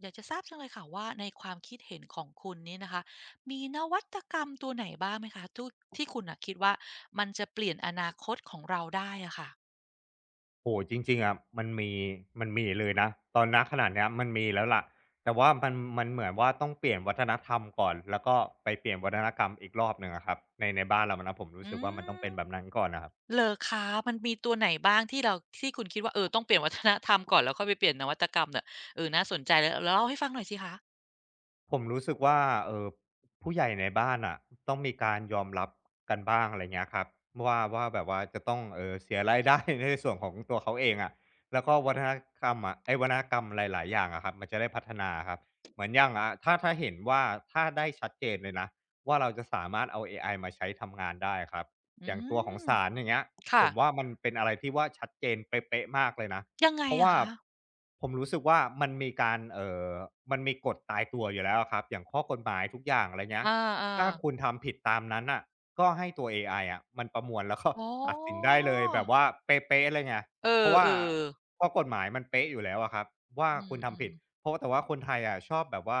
อยากจะทราบจังเลยค่ะว่าในความคิดเห็นของคุณนี้นะคะมีนวัตกรรมตัวไหนบ้างไหมคะทุกที่คุณน่ะคิดว่ามันจะเปลี่ยนอนาคตของเราได้อะค่ะโอ้โฮจริงๆอะมันมีเลยนะตอนขณะเนี้ยมันมีแล้วแหล่ะแต่ว่ามันเหมือนว่าต้องเปลี่ยนวัฒนธรรมก่อนแล้วก็ไปเปลี่ยนวัฒนกรรมอีกรอบหนึ่งอะครับในบ้านเรานะผมรู้อืสึกว่ามันต้องมเป็นแบบนั้นก่อนน่ะครับ เหรอคะมันมีตัวไหนบ้างที่เราที่คุณคิดว่าเออต้องเปลี่ยนวัฒนธรรมก่อนแล้วค่อยไปเปลี่ยนนวัตกรรมเนี่ยเออน่าสนใจแล้วแล้วเล่าให้ฟังหน่อยสิคะผมรู้สึกว่าเออผู้ใหญ่ในบ้านอ่ะต้องมีการยอมรับกันบ้างอะไรเงี้ยครับว่าแบบว่าจะต้องเสียรายได้ ในส่วนของตัวเขาเองอะแล้วก็วัฒนธรรมอะไอ้ยวัฒนกรรมหลายๆอย่างอะครับมันจะได้พัฒนาครับเหมือนอย่างอ่ะถ้าเห็นว่าถ้าได้ชัดเจนเลยนะว่าเราจะสามารถเอาเอไอมาใช้ทำงานได้ครับอือย่างตัวของมศาลอย่างเงี้ยผค่ะมว่ามันเป็นอะไรที่ว่าชัดเจนเป๊ะๆมากเลยนะ ยังไงเพราะอะว่าคะผมรู้สึกว่ามันมีการมันมีกฎตายตัวอยู่แล้วอะครับอย่างข้อกฎหมายทุกอย่างอะไรเงี้อยาถ้าๆคุณทำผิดตามนั้นน่ะก็ให้ตัวเอไออะมันประมวล แล้วก็อ๋ตัดสินได้อเลยแบบว่าเป๊ะๆเลยไงเอเพราะว่าอๆข้อกฎหมายมันเป๊ะอยู่แล้วอะครับว่าอคุณืทำมผิดๆเพราะแต่ว่าคนไทยอะชอบแบบว่า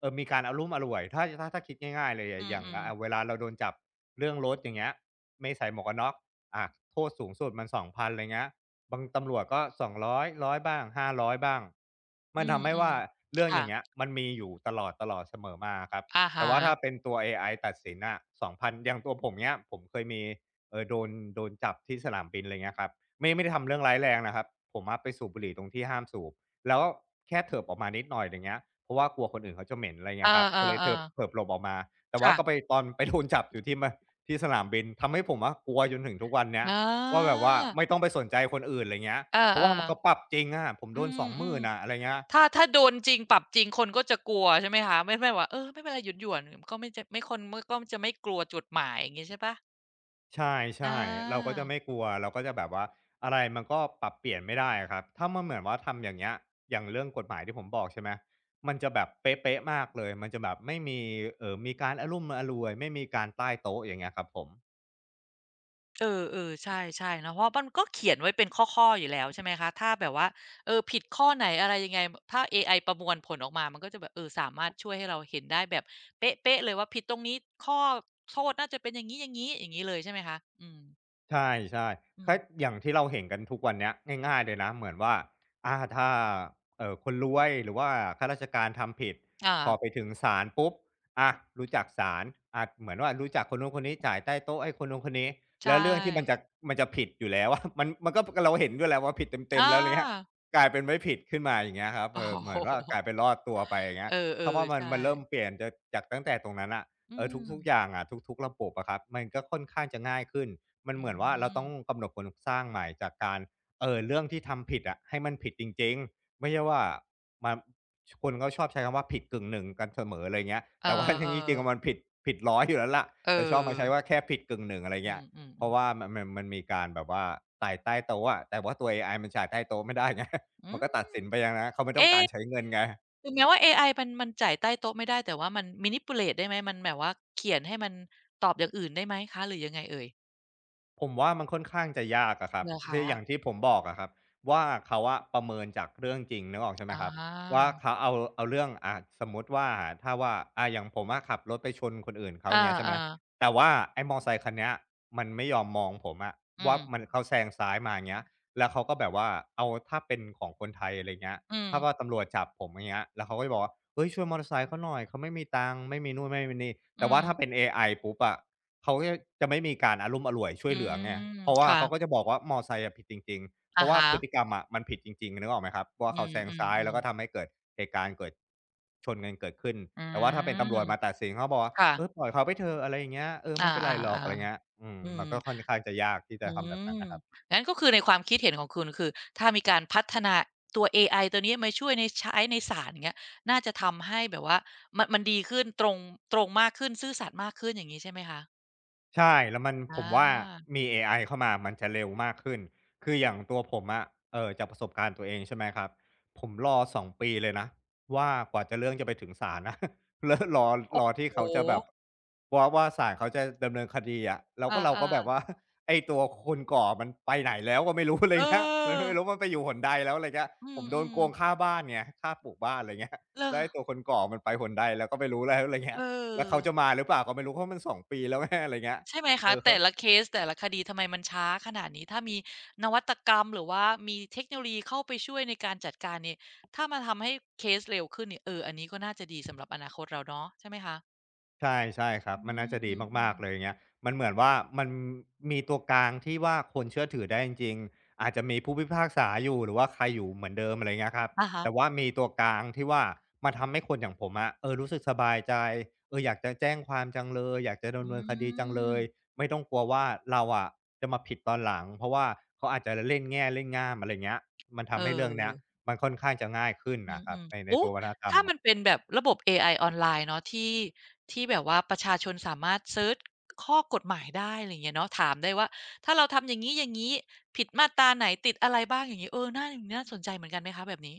มีการอารุ่มอร่วยถ้าคิดง่ายๆเลยอือะอย่างมเวๆลาเราโดนจับเรื่องรถอย่างเงี้ยไม่ใส่หมวกกันน็อกอ่าโทษสูงสุดมัน2,000ไรเงี้ย บางตำรวจก็200้อยร้อยบ้าง500บ้างอืมันทำให้มว่าเรื่อๆงอค่ะย่างเงี้ยมันมีอยู่ตลอดตลอดเสมอมาครับอะแต่ฮะ ว่าถ้าเป็นตัวเอไอตัดสินน่ะ2,000องพันอย่างตัวผมเงี้ยผมเคยมีเอ่อโดนโดนจับที่สนามบินไรเงี้ยครับไม่ได้ทำเรื่องร้ายแรงนะครับผมอะไปสูบบุหรี่ตรงที่ห้ามสูบแล้วแค่เถิบออกมานิดหน่อยไรเงี้ยเพราะว่ากลัวคนอื่นเขาจะเหม็นไรเอเงี้ยครับก็เลยเถิอบๆเถิๆบหลบออกมาแต่ว่าก็ไปค่ะตอนไปโดนจับอยู่ที่สนามบินทำให้ผมอะกลัวจนถึงทุกวันเนี้ย อาว่าแบบว่าไม่ต้องไปสนใจคนอื่นอะไรเงี้ยเออเพราะว่ามันเขาปรัๆบจริงอะผมอืโดน2 0ื่มนอะอะไรเงี้ยๆถ้าถ้าโดนจริงปรับจริงคนก็จะกลัวใช่ไหมคะไม่ไม่ว่าเออไม่เป็นไรหยุ่นๆก็ไม่จะไม่คนก็จะไม่กลัวจุดหมายอย่างงี้ใช่เปล่าใอช่ๆเราก็าจะไม่กลัวเราก็จะแบบว่าอะไรมันก็ปรับเปลี่ยนไม่ได้อะครับถ้ามันเหมือนว่าทำอย่างเงี้ยอย่างเรื่องกฎหมายที่ผมบอกใช่ไหมมันจะแบบเป๊ะๆมากเลยมันจะแบบไม่มีมีการอรุ่มอร่วยไม่มีการใต้โต๊ะอย่างเงี้ยครับผม เออๆใช่ๆเนาะเพราะมันก็เขียนไว้เป็นข้อๆอยู่แล้วใช่ไหมคะถ้าแบบว่าเออผิดข้อไหนอะไรยังไงถ้าเอไอประมวลผลออกมามันก็จะแบบเออสามารถช่วยให้เราเห็นได้แบบเป๊ะๆเลยว่าผิดตรงนี้ข้อโทษน่าจะเป็นอย่างงี้ๆอย่างงี้เลยใช่ไหมคะอืมใช่อืๆก็มอย่างที่เราเห็นกันทุกวันเนี้ยง่ายๆเลยนะเหมือนว่าถ้าคนรวยหรือว่าข้าราชการทำผิดพออา ไปถึงศาลปุ๊บอารู้จักศาลเหมือนว่ารู้จักคนนู้นคนนี้จ่ายใต้โต๊ะให้คนนู้นคนนี้ใชแล้วเรื่องที่มัน่จะมันจะผิดอยู่แล้ว อะมันก็เราเห็นด้วยแหละว่าผิดเต็มๆอา แล้วอะไรเงี้ยกลายเป็นไม่ผิดขึ้นมาอย่างเงี้ยครับ โอ้เออเหโฮมือนว่ากลายเป็นรอดตัวไปอย่างเงี้เอยถ้าอว่าๆมันใช่มันเริ่มเปลี่ยนจะจากตั้งแต่ตรงนั้นน่ะอืเออมทุกๆอย่างอะทุกๆระบบอะครับมันก็ค่อนข้างจะง่ายขึ้น มันอืเหมือนว่าเรามต้องกำหนดโครงสร้างใหม่จากการเรื่องที่ทำผิดอะให้มันผิดจริงๆไม่ใช่ว่ามาคนก็ชอบใช้คำว่าผิดกึ่งหนึ่งกันเสมออะไรเงี้ยเออแต่ว่า จริงๆอะมันๆผิด100อยอยู่แล้วล่ะเอแต่ชอบมาใช้ว่าอแค่ผิดกึ่งหนึ่งอะไรอืเงี้ยมเพราะๆๆว่ามันมีการแบบว่าไต่ใต้โต๊ะอะแต่ว่าตัวเอไอมันไา่ใต้โต๊ะไม่ได้ไง อืมันก็มตัดสินไปอย่างนะ้เขาไม่ต้องการใช้เอ๊ะเงินไง ถึงแม้ว่าเอไอมันมันจ่ายใต้โต๊ะไม่ได้แต่ว่ามัน manipulate ได้ไหมมันแบบว่าเขียนให้มันตอบอย่างอื่นได้ไหมคะหรือยังไงเอ่ยผมว่ามันค่อนข้างจะยากอะครัเหบรอทีคะออย่างที่ผมบอกอะครับว่าเขาอะประเมินจากเรื่องจริงนึกออกใช่ไหมอาครับว่าเขาเอาเรื่องอะสมมุติว่าถ้าว่าอะอย่างผมอะขับรถไปชนคนอื่นเขาออย่างเงี้ยใช่ไหมาๆแต่ว่าไอ้มอไซค์คันเนี้ยมันไม่ยอมมองผมอะอืว่ามมันเขาแซงซ้ายมาอย่างเงี้ยแล้วเขาก็แบบว่าเอาถ้าเป็นของคนไทยอะไรเงี้ยอืมถ้าว่าตำรวจจับผมอย่างเงี้ยแล้วเขาก็จะบอกว่าเฮ้ยช่วยมอเตอร์ไซค์เขาหน่อยเขาไม่มีตังค์ไม่มีนู่นไม่มีนี่แต่อืว่ามถ้าเป็นเอไอปุ๊บอะ เขาก็จะไม่มีการอารุ่มอร่วยช่อืวยเหลือไงมเพราะว่าค่ะเขาก็จะบอกว่ามอไซค์อะผิดจริงๆเพอะราะว่าฮะพฤติกรรมอะมันผิดจริงๆนึกออกไหมครับว่าอืเขาแซงซ้ายแล้มวก็ๆๆทำให้เกิดเหตุการณ์เกิดชนกันเกิดขึ้นอืแต่ว่าถ้าเป็นตำรมวจมาตัดสินเขาบอกว่าเออค่ะปล่อยเขาไปเถอะอะไรอย่างเงี้ยเอออาไม่เป็นไรหรอกอะไรเงี้ยๆอืมๆอืมัม นก็ค่อนข้างจะยากที่จะอืทำแบบนั้นมน่ะครับ งั้นก็คือในความคิดเห็นของคุณคือถ้ามีการพัฒนาตัวเอไอตัวนี้มาช่วยในใช้ในศาลอย่างเงี้ยน่าจะทำให้แบบว่ามันมันดีขึ้นตรงตรงมากขึ้นซื่อสัตย์มากขึ้นอย่างงี้ใช่ไหมคะใช่แล้วมันผอามว่ามีเอไอเข้ามามันจะเร็วมากขึ้นคืออย่างตัวผมอะจากประสบการณ์ตัวเองใช่ไหมครับผมรอ2ปีเลยนะว่ากว่าจะเรื่องจะไปถึงศาลนะ แล้วรอที่เขาโอ้จะโฮแบบว่าศาลเขาจะดำเนินคดีอะแล้วก็เราก็อาแบบว่า ไอ้ตัวคนก่อมันไปไหนแล้วก็ไม่รู้อะไรๆเอเงี้ย มันอไม่รู้มันไปอยู่หนใดแล้วอะไรเงี้ยอืผมโดนมโกงๆค่าบ้านไงค่าปลูกบ้านอะไรเงี้ยเหรอแล้วไอ้ตัวคนก่อมันไปหนใดแล้วก็ไม่รู้แล้วอะไรเอเงี้อ ย แล้วเขาจะมาหรือเปล่าก็ไม่รู้เพราะมัน2ปีแล้วไงอะไรเงี้ยใช่ไหมเอคะอเขา แต่ละเคสแต่ละคดีทำไมมันช้าขนาดนี้ถ้ามีนวัตกรรมหรือว่ามีเทคโนโลยีเข้าไปช่วยในการจัดการเนี่ยถ้ามันทำให้เคสเร็วขึ้นเนี่ยเอออันนี้ก็น่าจะดีสำหรับอนาคตเราเนาะใช่ไหมคะใช่ใช่ครัอบมันน่าจะดีืมามกๆเลยอๆย่างเงี้ยมันเหมือนว่ามันมีตัวกลางที่ว่าคนเชื่อถือได้จริงๆอาจจะมีผู้พิพากษาอยู่หรือว่าใครอยู่เหมือนเดิมอะไรเงี้ยครับๆอะฮะแต่ว่ามีตัวกลางที่ว่ามันทำให้คนอย่างผมอะเออรู้สึกสบายใจเอออยากจะแจ้งความจังเลยอยากจะอืดำเนินคดีจังเลมยไม่ต้องกลัวว่าเราอะจะมาผิดตอนหลังเพราะว่าเขาอาจจะเล่นแง่เล่นง่ามอะไรเงี้ยมันเออ ทำให้เรื่องเนี้ยมันค่อนข้างจะง่ายขึ้นอน่ะครัืบมในๆโอ้ตัววัฒนธรรม ถ้ามันเป็นแบบระบบเอไอออนไลน์เนาะที่ที่แบบว่าประชาชนสามารถเซิร์ชข้อกฎหมายได้อะไรอย่างเงี้ยเนาะถามได้ว่าถ้าเราทำอย่างงี้ๆผิดมาตราไหนติดอะไรบ้างอย่างงี้เออน่าน่าสนใจเหมือนกันไหมคะแบบนี้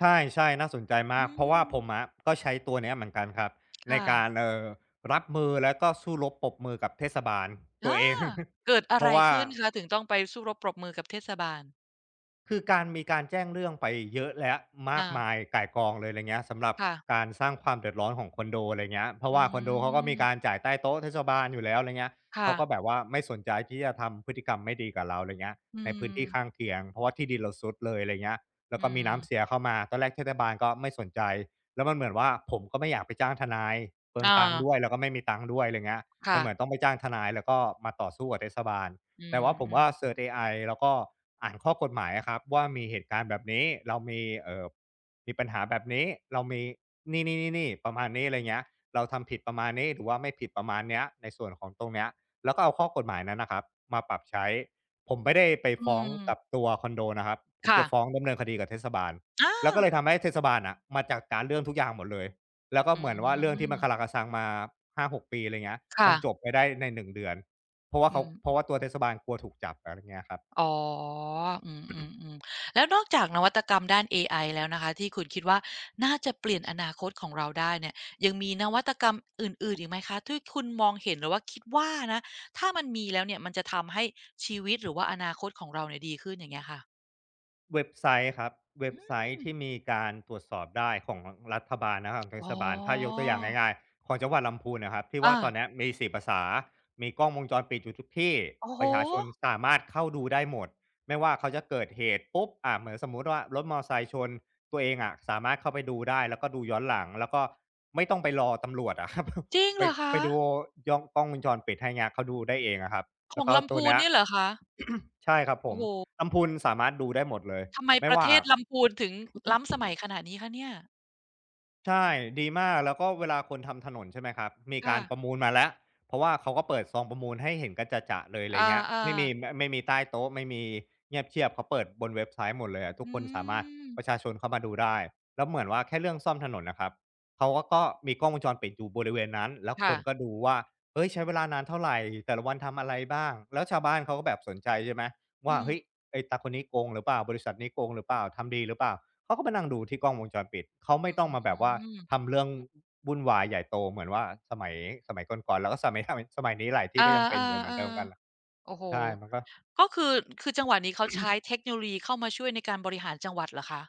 ใช่ๆน่าสนใจอืมากเพราะว่าผมมอะก็ใช้ตัวเนี้ยเหมือนกันครับในค่ะการรับมือแล้วก็สู้รบปรบมือกับเทศบาลตัวอาเอง เกิด อะเพไรราะว่า ขึ้นคะถึงต้องไปสู้รบปรบมือกับเทศบาลคือการมีการแจ้งเรื่องไปเยอะและมากอามายก่ายกองเลยอะไรเงี้ยสำหรับค่ะการสร้างความเดือดร้อนของคอนโดอะไรเงี้ยเพราะอืว่าคอนโดเขาก็มีการมจ่ายใต้โต๊ะเทศบาลอยู่แล้วอะไรเงี้ยค่ะเขาก็แบบว่าไม่สนใจที่จะทำพฤติกรรมไม่ดีกับเราอะไรเงี้ยอืในพื้นมที่ข้างเคียงเพราะว่าที่ดินเราซุดเลยอะไรเงี้ยแล้อืวก็มีมน้ำเสียเข้ามาตอนแรกเทศบาลก็ไม่สนใจแล้วมันเหมือนว่าผมก็ไม่อยากไปจ้างทนายเปลืองอาตังค์ด้วยแล้วก็ไม่มีตังค์ด้วยอะไรเงี้ยมัค่ะนเหมือนต้องไปจ้างทนายแล้วก็มาต่อสู้กับเทศบาล อืแต่ว่าผมมว่าเซิๆร์ชเอไอแล้วก็อ่านข้อกฎหมายอะครับว่ามีเหตุการณ์แบบนี้เรามีมีปัญหาแบบนี้เรามีนี่ๆๆๆประมาณนี้อะไรเงี้ยเราทำผิดประมาณนี้หรือว่าไม่ผิดประมาณเนี้ยในส่วนของตรงเนี้ยแล้วก็เอาข้อกฎหมายนั้นน่ะครับมาปรับใช้ผมไม่ได้ไปอืฟ้องมกับตัวคอนโดนะครับผมค่ะจะฟ้องดำเนินคดีกับเทศบาลอา แล้วก็เลยทำให้เทศบาลน่ะมาจัดการเรื่องทุกอย่างหมดเลยแล้วก็อืเหมือนว่าเรื่องที่มันคารามคาซังมาหา6 ปีอะไรเงี้ยมัค่ะนจบไปได้ใน1 เดือน เพราะว่าอืเขาเพมราะว่าตัวเทศบาลกลัวถูกจับอะไรเงี้ยครับอ๋ออืมๆๆแล้วนอกจากนวัตกรรมด้านเอไอแล้วนะคะที่คุณคิดว่าน่าจะเปลี่ยนอนาคตของเราได้เนี่ย ยังมีนวัตกรรมอื่นๆอีกไหมคะที่คุณมองเห็นหรือว่าคิดว่านะ ถ้ามันมีแล้วเนี่ยมันจะทำให้ชีวิตหรือว่าอนาคตของเราเนี่ยดีขึ้นอย่างเงี้ยค่ะเว็บไซต์ครับเว็บไซอืมต์ที่มีการตรวจสอบได้ของรัฐบาลนะครับของเทอ๋ศอบาลถ้ายกตัวอย่างง่ายๆของจังหวัดลำพูนน่ะครับที่ว่าอาตอนเนี้ยมี4 ภาษามีกล้องวงจรปิดอยู่ทุกที่โอ้โฮประชาชนสามารถเข้าดูได้หมดไม่ว่าเขาจะเกิดเหตุปุ๊บอ่าเหมือนสมมุติว่ารถมอไซค์ชนตัวเองอะสามารถเข้าไปดูได้แล้วก็ดูย้อนหลังแล้วก็ไม่ต้องไปรอตำรวจอะครับ จริง ไปเหรอคะดูย้องกล้องวงจรปิดให้เงี้ยเขาดูได้เองอะครับขแล้อวงก็ลำตัวพูนเนี้ย เนี่ยเหรอคะใช่ครับผโอ้มโฮลำพูนสามารถดูได้หมดเลย ทำไมไม่ประว่า เทศลำพูนถึงล้ำสมัยขนาดนี้คะเนี่ยใช่ดีมากแล้วก็เวลาคนทำถนนใช่ไหมครับมีกาค่ะ รประมูลมาแล้วเพราะว่าเขาก็เปิดซองประมูลให้เห็นกันจะๆเลยอะไรอเงี้ยาไม่มีๆไม่มีใต้โต๊ะไม่มีเงียบเชียบเขาเปิดบนเว็บไซต์หมดเลยอะทุกคอืนสามารถมประชาชนเข้ามาดูได้แล้วเหมือนว่าแค่เรื่องซ่อมถนนน่ะครับเขาก็มีกล้องวงจรปิดอยู่บริเวณนั้นแล้วคค่ะนก็ดูว่าเฮ้ยใช้เวลานานเท่าไรแต่ละวันทำอะไรบ้างแล้วชาวบ้านเขาก็แบบสนใจใช่ไหมว่าอืมเฮ้ยไอ้ตาคนนี้โกงหรือเปล่าบริษัทนี้โกงหรือเปล่าทำดีหรือเปล่า เขาก็มานั่งดูที่กล้องวงจรปิดเขาอืไม่ต้องมาแบบว่ามทำเรื่องวุ่นวายใหญ่โตเหมือนว่าสมัยสมัยก่อนๆแล้วก็สมัย สมัยนี้หลายอที่ก็ยังเป็นอายู่เหมือนเดิมกันๆน่ะๆโอ้โฮใช่มันก็ ก็คือคือจังหวัดนี้เขาใช้เทคโนโลยีเข้ามาช่วยในการบริหารจังหวัดเหรอคะ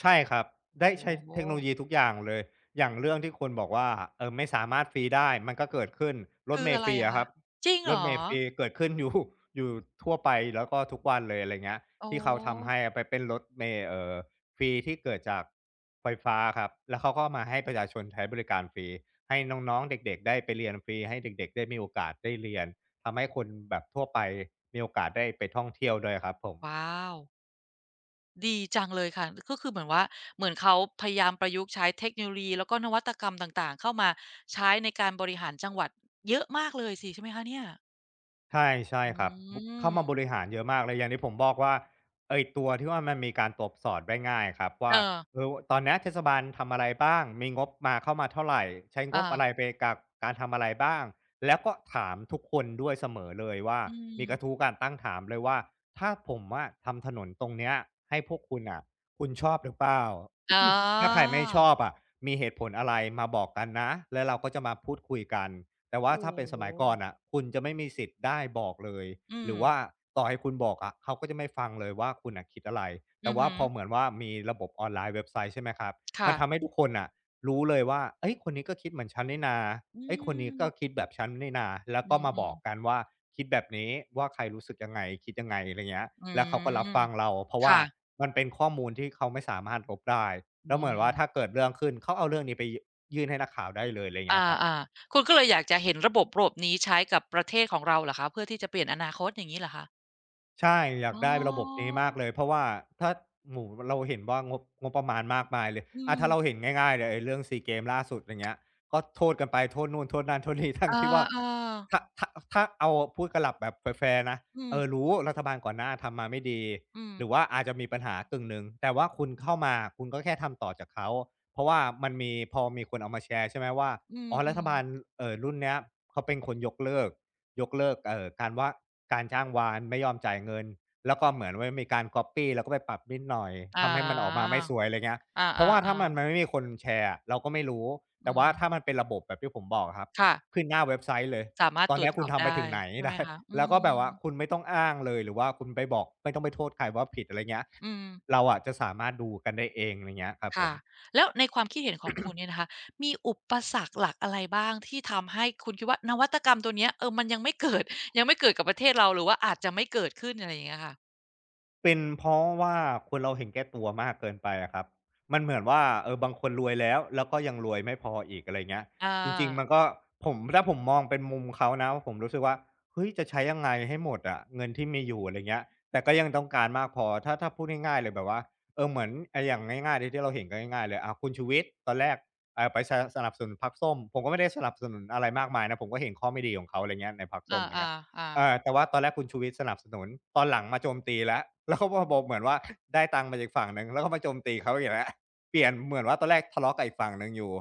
ใช่ครับได้โอ้โใช้ฮเทคโนโลยีทุกอย่างเลยอย่างเรื่องที่คุณบอกว่าไม่สามารถฟรีได้มันก็เกิดขึ้นรถคือเมอะล์ฟไรรีอะอะคคะรับจริงรเหรถอเมล์ฟรีเกิดขึ้นอยู่ อยู่ทั่วไปแล้วก็ทุกวันเลยอะไรเงี้ยอ๋อที่เขาทำให้ไปเป็นรถเมล์ฟรีที่เกิดจากไฟฟ้าครับแล้วเขาก็มาให้ประชาชนใช้บริการฟรีให้น้องๆเด็กๆได้ไปเรียนฟรีให้เด็กๆได้มีโอกาสได้เรียนทำให้คนแบบทั่วไปมีโอกาสได้ไปท่องเที่ยวด้วยครับผม ว้าว ดีจังเลยค่ะ ก็คือเหมือนว่าเหมือนเขาพยายามประยุกต์ใช้เทคโนโลยีแล้วก็นวัตกรรมต่างๆเข้ามาใช้ในการบริหารจังหวัดเยอะมากเลยสิใช่ไหมคะเนี่ยใช่ใช่อืครับบุเข้ามาบมริหารเยอะมากเลยอย่างที่ผมบอกว่าไอ้ตัวที่ว่ามันมีการตรวจสอบได้ง่ายครับเอว่าอเออตอนเนี้ยเทศบาลทำอะไรบ้างมีงบมาเข้ามาเท่าไรใช้งอาบอะไรไปกับการทำอะไรบ้างแล้วก็ถามทุกคนด้วยเสมอเลยว่าอืม มีกระทู้การตั้งถามเลยว่าถ้าผมอะทำถนนตรงเนี้ยให้พวกคุณน่ะคุณชอบหรือเปล่า อ๋อ ถ้าใครไม่ชอบอะมีเหตุผลอะไรมาบอกกันนะแล้วเราก็จะมาพูดคุยกัน แต่ว่าโอ้ถ้าเป็นสโฮมัยก่อนอะคุณจะไม่มีสิทธิ์ได้บอกเลยอืหมรือว่าต่อให้คุณบอกอะเขาก็จะไม่ฟังเลยว่าคุณอ่ะคิดอะไรอืแต่อว่าฮึพอเหมือนว่ามีระบบออนไลน์เว็บไซต์ใช่ไหมครับมัค่ะนทำให้ทุกคนอ่ะรู้เลยว่าเอ้ยคนนี้ก็คิดเหมือนฉันนี่นาอืเอ้ยคนนี้มก็คิดแบบฉันนี่นาแล้วอก็มาืบมอกกันๆว่าคิดแบบนี้ว่าใครรู้สึกยังไงคิดยังไงอะไรเงี้ยอืแล้วเขาก็รับมฟังเราเพราะว่าค่ะมันเป็นข้อมูลที่เขาไม่สามารถลบได้อืแล้วเหมือนว่าถ้ามเกิดเรื่องขึ้นเขาเอาเรื่องนี้ไปยื่นให้นักข่าวได้เลยอะไรอเงี้ยครับ าๆคุณก็เลยอยากจะเห็นระบบระบบนี้ใช้กับประเทศของเราเหรอคะเพื่อที่จะเปลี่ยนอนาคตอย่างงี้เหรอคะใช่อยาอ๋กอได้ระบบนี้มากเลยเพราะว่าถ้าโอ้โฮเราเห็นว่างบประมาณมากมายเลยอือามถ้าเราเห็นง่ายๆเลยไอ้เรื่องซีเกมส์ล่าสุดอย่างเงี้ยก็โทษกันไปโทษนู่นโทษนั่นโทษนี่ ทั้เอองที่ว่าถ้าๆถ้าถ้าเอาพูดกันหลับแบบแฟร์ๆนะอืเอมอรู้รัฐบาลก่อนหน้าทำมาไม่ดีอืมหรือว่าอาจจะมีปัญหากึ่งหนึ่งแต่ว่าคุณเข้ามาคุณก็แค่ทำต่อจากเขาเพราะว่ามันมีพอมีคนเอามาแชร์ใช่ไหมว่าอือ๋อรัมฐบาลๆรุ่นเนี้ยเขาเป็นคนยกเลิก ยกเลิกการว่าการจ้างวานไม่ยอมจ่ายเงินแล้วก็เหมือนว่ามีการ copy แล้วก็ไปปรับนิดหน่อยอาทำให้มันออกมาไม่สวยอะไรเงี้ยอาเพราะว่าถ้ามันๆๆมันไม่มีคนแชร์อะเราก็ไม่รู้แต่อืมว่าถ้ามันเป็นระบบแบบที่ผมบอกอะครับค่ะขึ้นหน้าเว็บไซต์เลยสามารถตอตนรวเนี้จยสคุอณบทำไปได้ถึงไหน ใช่ ไหมได้คะอืแล้วก็แบบมว่าคุณไม่ต้องอ้างเลยหรือว่าคุณไปบอกไม่ต้องไปโทษใครว่าผิดอะไรเงี้ยอืม เราอะจะสามารถดูกันได้เองอะไรเงี้ยครับผค่ะม แล้วในความคิดเห็นของคุณเนี่ยนะคะมีอุปสรรคหลักอะไรบ้างที่ทำให้คุณคิดว่านวัตกรรมตัวเนี้ยมันยังไม่ เกิดยังไม่เกิดกับประเทศเราหรือว่าอาจจะไม่เกิดขึ้นอะไรอย่างเงี้ยค่ะเป็นเพราะว่าคนเราเห็นแก่ตัวมากเกินไปอะครับ มันเหมือนว่าเออบางคนรวยแล้วแล้วก็ยังรวยไม่พออีกอะไรเงี้ยอจริงๆามันก็ผมถ้าผมมองเป็นมุมเขานะผมรู้สึกว่าเฮ้ยจะใช้ยังไงให้หมดอะเงินที่มีอยู่อะไรเงี้ยแต่ก็ยังต้องการมากพอถ้าพูดง่ายๆเลยแบบว่าเออเหมือนย่างง่ายๆเลยที่เราเห็นกันง่ายๆเลยคุณชูวิทย์ตอนแรกไปนับสนุนพรรคส้มผมก็ไม่ได้สนับสนุนอะไรมากมายนะผมก็เห็นข้อไม่ดีของเขาอะไรเงี้ยในพรรคอส้มอะไรเงี้ย าเอๆๆอแต่ว่าตอนแรกคุณชูวิทย์สนับสนุนตอนหลังมาโจมตีแล้ว แล้วเขาก็มาบอกเหมือนว่าได้ตังค์มาจากฝั่งหนึ่งแล้วก็มาโจมตีเขาอีกแล้วเปลี่ยนเหมือนว่าตอนแรกทะเลาะกับอีกฝั่งหนึ่งอยู่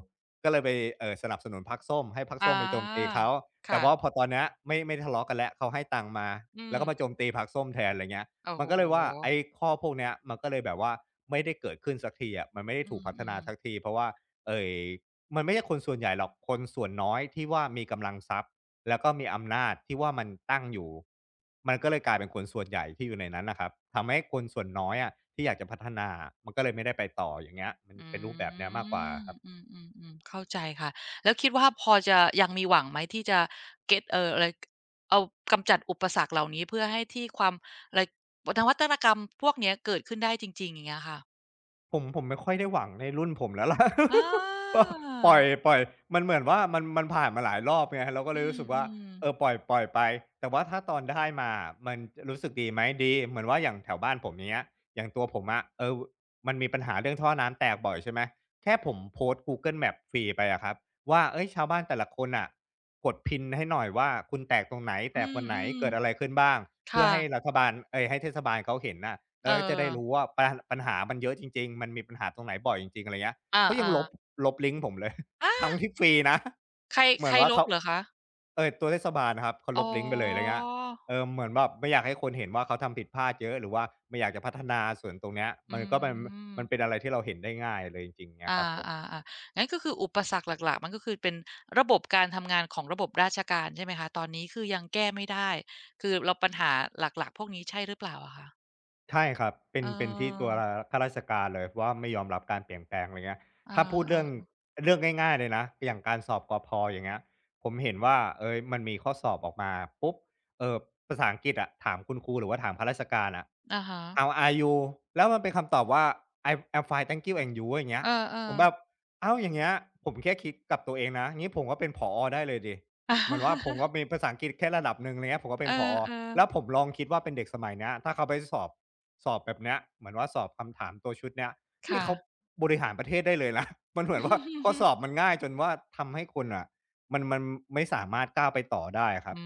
ก็เลยไปสนับสนุนพรรคส้มให้พรรคอส้มไปโจมตีาเขาแต่ค่ะว่าพอตอนเนี้ยไม่ทะเลาะกันแล้วเขาให้ตังค์มาอืแล้มวก็มาโจมตีพรรคส้มแทนอะไรเงี้ยโอ้มันโฮก็เลยว่าไอ้ข้อพวกเนี้ยมันก็เลยแบบว่าไม่ได้เกิดขึ้นสักทีอะมันไม่ได้อืถูกพัฒมนาสักๆ ทีเพราะว่าเอ่อมันไม่ใช่คนส่วนใหญ่หรอกคนส่วนน้อยที่ว่ามีกำลังทรัพย์ แล้วก็มีอำนาจที่ว่ามันตั้งอยู่ มันก็เลยกลายเป็นคนส่วนใหญ่ที่อยู่ในนั้นนะครับ ทำให้คนส่วนน้อยอะที่อยากจะพัฒนา มันก็เลยไม่ได้ไปต่ออย่างเงี้ยมันอเป็นรูปแบบืเนี้ยมากกว่ามครับ อืมอืมอืมเข้าใจค่ะแล้วคิดว่าพอจะยังมีหวังไหมที่จะเก็ตอะไรเอากำจัดอุปสรรคเหล่านี้เพื่อให้ที่ความอะไรนวัตกรรมพวกเนี้ยเกิดขึ้นได้จริงๆอย่างเงี้ยค่ะผมไม่ค่อยได้หวังในรุ่นผมแล้วล่ะ อา ก็ปล่อยมันเหมือนว่ามันผ่านมาหลายรอบไงเราก็อืเลยรู้สึกว่ามเอๆอปล่อยไปแต่ว่าถ้าตอนได้มาอะมันจะรู้สึกดีไหมดีเหมือนว่าอย่างแถวบ้านผมอย่างเงี้ยอย่างตัวผมอะเออมันมีปัญหาเรื่องท่อน้ำแตกบ่อยใช่ไหมแค่ผมโพสต์ Google Maps ฟรีไปอะครับว่าเฮ้ยชาวบ้านแต่ละคนน่ะกด pin ให้หน่อยว่าคุณแตกตรงไหนอืแตกวันไหนมเกิดอะไรขึ้นบ้างๆเพื่อค่ะให้รัฐบาลเอ๊ยให้เทศบาลเขาเห็นน่ะ เอแล้วอก็จะได้รู้ว่าปัญหามันเยอะจริงๆมันมีปัญหาตรงไหนบ่อยจริงๆอะไรเงี้ยอเขายังาลๆบลบลิงก์ผมเลย อา ทั้งที่ฟรีนะใครเหมืใคอรนว่าลบเขาเหรอคะเออตัวเทศบาลครับเขาลอ๋อบลิงก์ไปเลยอะไรเงี้ยเออเหมือนแบบไม่อยากให้คนเห็นว่าเขาทำผิดพลาดเยอะหรือว่าไม่อยากจะพัฒนาส่วนตรงเนี้ยอืมันก็เป็นมันเป็นม อะไรที่เราเห็นได้ง่ายเลยจริงๆเงี้ยคอ่ารับผอม อ่าอ่างั้นก็คืออุปสรรคหลักๆมันก็คือเป็นระบบการทำงานของระบบราชการใช่ไหมคะตอนนี้คือยังแก้ไม่ได้คือเราปัญหาหลักๆพวกนี้ใช่หรือเปล่าอะคะใช่ครับเป็เอนอเป็นที่ตัวข้าราชการเลยว่าไม่ยอมรับการเปลี่ยนแปลงอะไรเงี้ยอถ้าพูดเรื่องาง่ายๆเลยนะอย่างการสอบกพอย่างเงี้ยผมเห็นว่าเอ๊ยมันมีข้อสอบออกมาปุ๊บเอ่อภาษาอังกฤษอะถามคุณครูหรือว่าถามข้าราชการอะ ๆอะฮะ "How are you?" แล้วมันเป็นคำตอบว่า "I'm fine thank you and you" อย่างเงี้ยเออเออ ผมแบบอ้าวอย่างเงี้ยผมแค่คิดกับตัวเองนะงี้ผมก็เป็นผอได้เลยสิเหมือนว่าผมก็ มีภาษาอังกฤษแค่ระดับหนึ่งอะไรเงี้ยผมก็เอเป็นผออเออแล้วผมลองคิดว่าเป็นเด็กสมัยเนี้ยถ้าเขาไปสอบ สอบแบบเนี้ยเหมือนว่าสอบคำถามตัวชุดเนี้ยนี่ค่ะ เขาบริหารประเทศได้เลยนะ มันเหมือนว่าข้อส อบมันง่ายจนว่าทำให้คนอ่ะมันไม่สามารถก้าวไปต่อได้ครับอื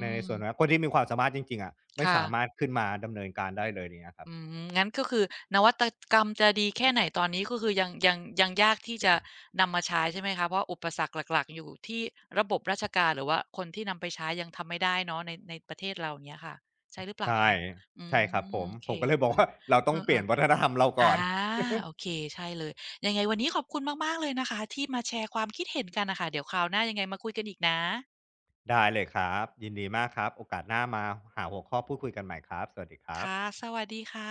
ในส่วนนั้นมคนที่มีความสามารถจริงๆอะไม่ค่ะ สามารถขึ้นมาดำเนินการได้เลยเนี้ยครับอืมงั้นก็คือนวัตกรรมจะดีแค่ไหนตอนนี้ก็คือยังยังยังยากที่จะนำมาใช้ใช่ไหมคะเพราะอุปสรรคหลักๆอยู่ที่ระบบราชการหรือว่าคนที่นำไปใช้ยังทำไม่ได้เนาะในในประเทศเราอย่างเงี้ยค่ะใช่หรือเปล่าใช่คะอืใช่ครับผมมโอเคผมก็เลยเคบอกยว่า เราเอต้องเปลี่ยอนวัฒนธรรมเราๆอาก่อน โอเคใช่เลยยังไงวันนี้ขอบคุณมากๆเลยนะคะที่มาแชร์ความคิดเห็นกันน่ะค่ะเดี๋ยวคราวหน้ายังไงมาคุยกันอีกนะ ได้เลยครับยินดีมากครับโอกาสหน้ามาหาหัวข้อพูดคุยกันใหม่ครับสวัสดีครับค่ะสวัสดีค่ะ